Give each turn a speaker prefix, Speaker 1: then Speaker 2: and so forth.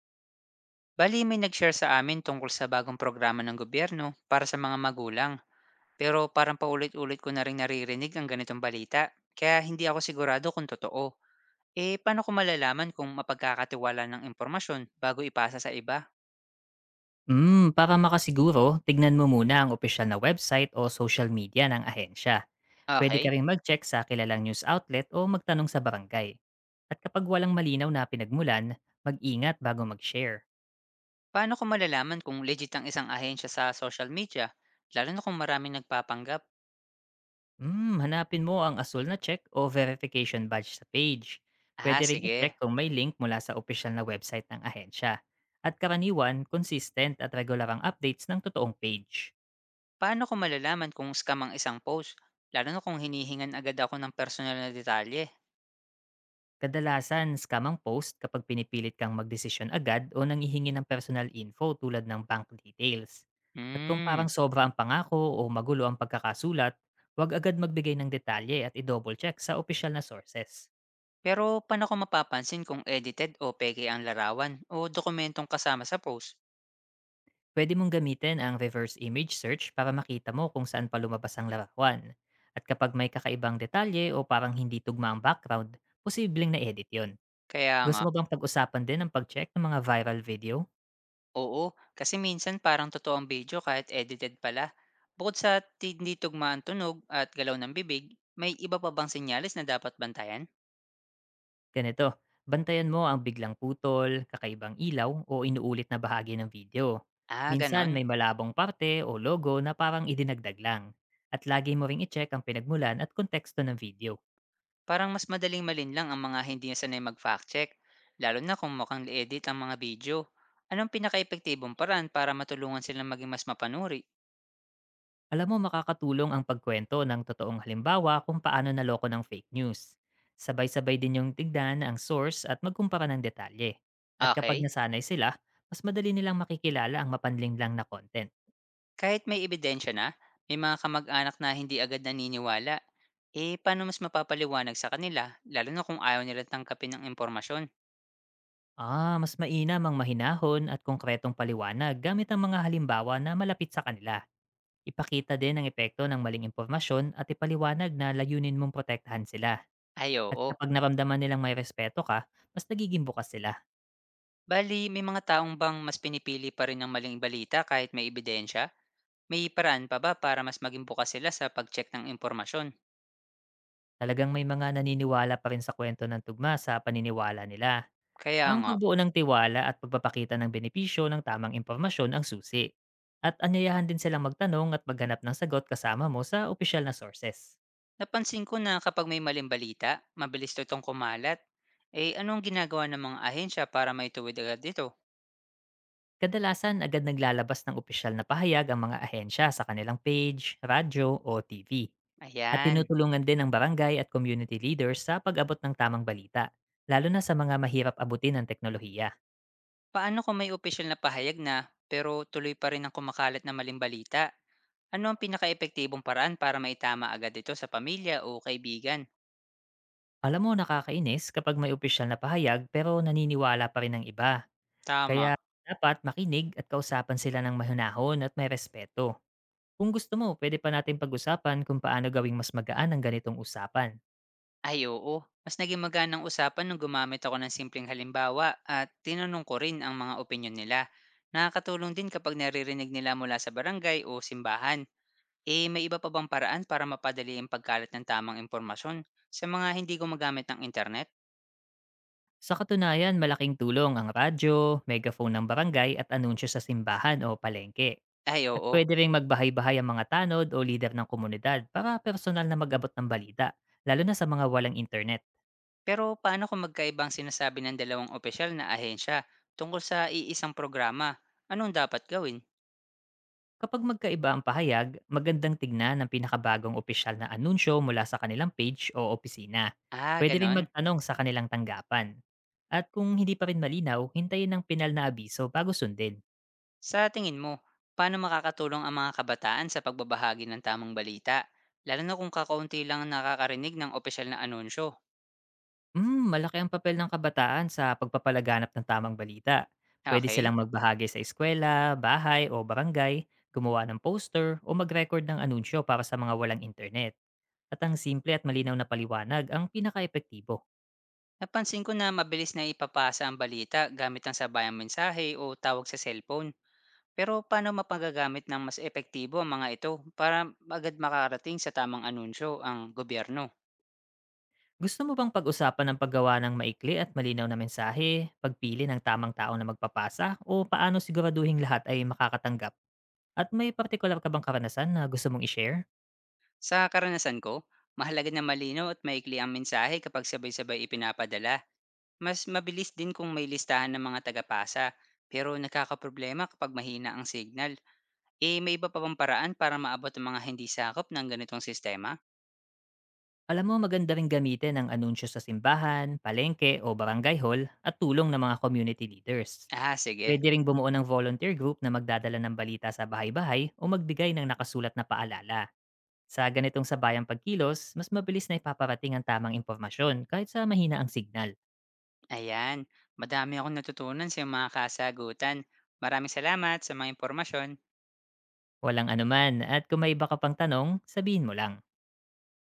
Speaker 1: Bali, may nag-share sa amin tungkol sa bagong programa ng gobyerno para sa mga magulang. Pero parang paulit-ulit ko na rin naririnig ang ganitong balita. Kaya hindi ako sigurado kung totoo. Eh, paano ko malalaman kung mapagkakatiwala ng impormasyon bago ipasa sa iba?
Speaker 2: Hmm, para makasiguro, tignan mo muna ang opisyal na website o social media ng ahensya. Pwede ka
Speaker 1: Okay.
Speaker 2: rin mag-check sa kilalang news outlet o magtanong sa barangay. At kapag walang malinaw na pinagmulan, mag-ingat bago mag-share.
Speaker 1: Paano ko malalaman kung legit ang isang ahensya sa social media? Lalo na kung maraming nagpapanggap.
Speaker 2: Hmm, hanapin mo ang asul na check o verification badge sa page. Pwede
Speaker 1: Ah,
Speaker 2: ring i-check
Speaker 1: sige.
Speaker 2: kung may link mula sa opisyal na website ng ahensya. At karaniwan, consistent at regular ang updates ng totoong page.
Speaker 1: Paano ko malalaman kung scam ang isang post? Lalo na kung hinihingan agad ako ng personal na detalye.
Speaker 2: Kadalasan, scam ang post kapag pinipilit kang magdesisyon agad o nanghihingi ng personal info tulad ng bank details. At kung
Speaker 1: Hmm.
Speaker 2: parang sobra ang pangako o magulo ang pagkakasulat, huwag agad magbigay ng detalye at i-double check sa opisyal na sources.
Speaker 1: Pero paano ko mapapansin kung edited o peke ang larawan o dokumentong kasama sa post?
Speaker 2: Pwede mong gamitin ang reverse image search para makita mo kung saan pa lumabas ang larawan. At kapag may kakaibang detalye o parang hindi tugma ang background, posibleng na-edit yon.
Speaker 1: Kaya
Speaker 2: Gusto
Speaker 1: nga,
Speaker 2: mo bang pag-usapan din ang pag-check ng mga viral video?
Speaker 1: oo, kasi minsan parang totoo ang video kahit edited pala. Bukod sa hindi tugma ang tunog at galaw ng bibig, may iba pa bang senyales na dapat bantayan?
Speaker 2: Ganito, bantayan mo ang biglang putol, kakaibang ilaw o inuulit na bahagi ng video.
Speaker 1: Ah,
Speaker 2: Minsan
Speaker 1: ganon.
Speaker 2: may malabong parte o logo na parang idinagdag lang. At lagi mo ring i-check ang pinagmulan at konteksto ng video.
Speaker 1: Parang mas madaling malinlang ang mga hindi na sanay mag-fact check, lalo na kung mukhang edit ang mga video. Anong pinaka-epektibong paraan para matulungan silang maging mas mapanuri?
Speaker 2: Alam mo makakatulong ang pagkwento ng totoong halimbawa kung paano naloko ng fake news. Sabay-sabay din yung tigdan ang source at magkumpara ng detalye. At kapag
Speaker 1: Okay.
Speaker 2: nasanay sila, mas madali nilang makikilala ang mapanling lang na content.
Speaker 1: Kahit may ebidensya na, may mga kamag-anak na hindi agad naniniwala. Eh, paano mas mapapaliwanag sa kanila, lalo na kung ayaw nila tangkapin ng impormasyon?
Speaker 2: Ah, mas mainam ang mahinahon at konkretong paliwanag gamit ang mga halimbawa na malapit sa kanila. Ipakita din ang epekto ng maling impormasyon at ipaliwanag na layunin mong protektahan sila.
Speaker 1: Ay,
Speaker 2: At
Speaker 1: oo.
Speaker 2: kapag naramdaman nilang may respeto ka, mas nagiging bukas sila.
Speaker 1: Bali, may mga taong bang mas pinipili pa rin ng maling balita kahit may ebidensya? May paraan pa ba para mas maging bukas sila sa pag-check ng impormasyon?
Speaker 2: Talagang may mga naniniwala pa rin sa kwento ng tugma sa paniniwala nila.
Speaker 1: Kaya
Speaker 2: Ang
Speaker 1: nga,
Speaker 2: pagbuo ng tiwala at pagpapakita ng benepisyo ng tamang impormasyon ang susi. At anyayahan din silang magtanong at maghanap ng sagot kasama mo sa opisyal na sources.
Speaker 1: napansin ko na kapag may maling balita, mabilis to itong kumalat. Eh, anong ginagawa ng mga ahensya para maituwid agad ito?
Speaker 2: Kadalasan agad naglalabas ng opisyal na pahayag ang mga ahensya sa kanilang page, radyo o TV. At
Speaker 1: Ayan.
Speaker 2: tinutulungan din ang barangay at community leaders sa pag-abot ng tamang balita, lalo na sa mga mahirap abutin ng teknolohiya.
Speaker 1: Paano kung may opisyal na pahayag na pero tuloy pa rin ang kumakalat na maling balita? Ano ang pinakaepektibong paraan para maitama agad ito sa pamilya o kaibigan?
Speaker 2: Alam mo nakakainis kapag may opisyal na pahayag pero naniniwala pa rin ang iba.
Speaker 1: Tama.
Speaker 2: Kaya dapat makinig at kausapan sila ng mahunahon at may respeto. Kung gusto mo, pwede pa natin pag-usapan kung paano gawing mas magaan ang ganitong usapan.
Speaker 1: Ay oo. Mas naging maganang usapan nung gumamit ako ng simpleng halimbawa at tinanong ko rin ang mga opinyon nila. Nakakatulong din kapag naririnig nila mula sa barangay o simbahan. Eh may iba pa bang paraan para mapadali ang pagkalat ng tamang impormasyon sa mga hindi gumagamit ng internet?
Speaker 2: Sa katunayan, malaking tulong ang radyo, megaphone ng barangay at anunsyo sa simbahan o palengke.
Speaker 1: Ay
Speaker 2: At
Speaker 1: oo.
Speaker 2: pwede ring magbahay-bahay ang mga tanod o lider ng komunidad para personal na mag-abot ng balita, lalo na sa mga walang internet.
Speaker 1: Pero paano kung magkaibang sinasabi ng dalawang opisyal na ahensya tungkol sa iisang programa? Anong dapat gawin?
Speaker 2: Kapag magkaiba ang pahayag, magandang tignan ang pinakabagong opisyal na anunsyo mula sa kanilang page o opisina.
Speaker 1: Ah,
Speaker 2: Pwede ring
Speaker 1: ganon.
Speaker 2: magtanong sa kanilang tanggapan. At kung hindi pa rin malinaw, hintayin ng pinal na abiso bago sundin.
Speaker 1: Sa tingin mo, paano makakatulong ang mga kabataan sa pagbabahagi ng tamang balita? Lalo na kung kakaunti lang ang nakakarinig ng opisyal na anunsyo.
Speaker 2: Hmm, malaki ang papel ng kabataan sa pagpapalaganap ng tamang balita. Pwede
Speaker 1: Okay.
Speaker 2: silang magbahagi sa eskwela, bahay o barangay, gumawa ng poster o mag-record ng anunsyo para sa mga walang internet. At ang simple at malinaw na paliwanag ang pinaka-epektibo.
Speaker 1: Napansin ko na mabilis na ipapasa ang balita gamit ang sabayang mensahe o tawag sa cellphone. Pero paano mapagagamit ng mas epektibo ang mga ito para agad makarating sa tamang anunsyo ang gobyerno?
Speaker 2: Gusto mo bang pag-usapan ang paggawa ng maikli at malinaw na mensahe, pagpili ng tamang tao na magpapasa, o paano siguraduhin lahat ay makakatanggap? At may partikular ka bang karanasan na gusto mong i-share?
Speaker 1: Sa karanasan ko, mahalaga na malinaw at maikli ang mensahe kapag sabay-sabay ipinapadala. Mas mabilis din kung may listahan ng mga tagapasa, pero nakakaproblema kapag mahina ang signal. Eh, may iba pa bang paraan para maabot ang mga hindi sakop ng ganitong sistema?
Speaker 2: Alam mo maganda ring gamitin ang anunsyo sa simbahan, palengke o barangay hall at tulong ng mga community leaders.
Speaker 1: Ah, sige.
Speaker 2: Pwede ring bumuo ng volunteer group na magdadala ng balita sa bahay-bahay o magbigay ng nakasulat na paalala. Sa ganitong sabayang pagkilos, mas mabilis na ipaparating ang tamang impormasyon kahit sa mahina ang signal.
Speaker 1: Ayan, madami akong natutunan sa iyong mga kasagutan. Maraming salamat sa mga impormasyon.
Speaker 2: Walang anuman at kung may iba ka pang tanong, sabihin mo lang.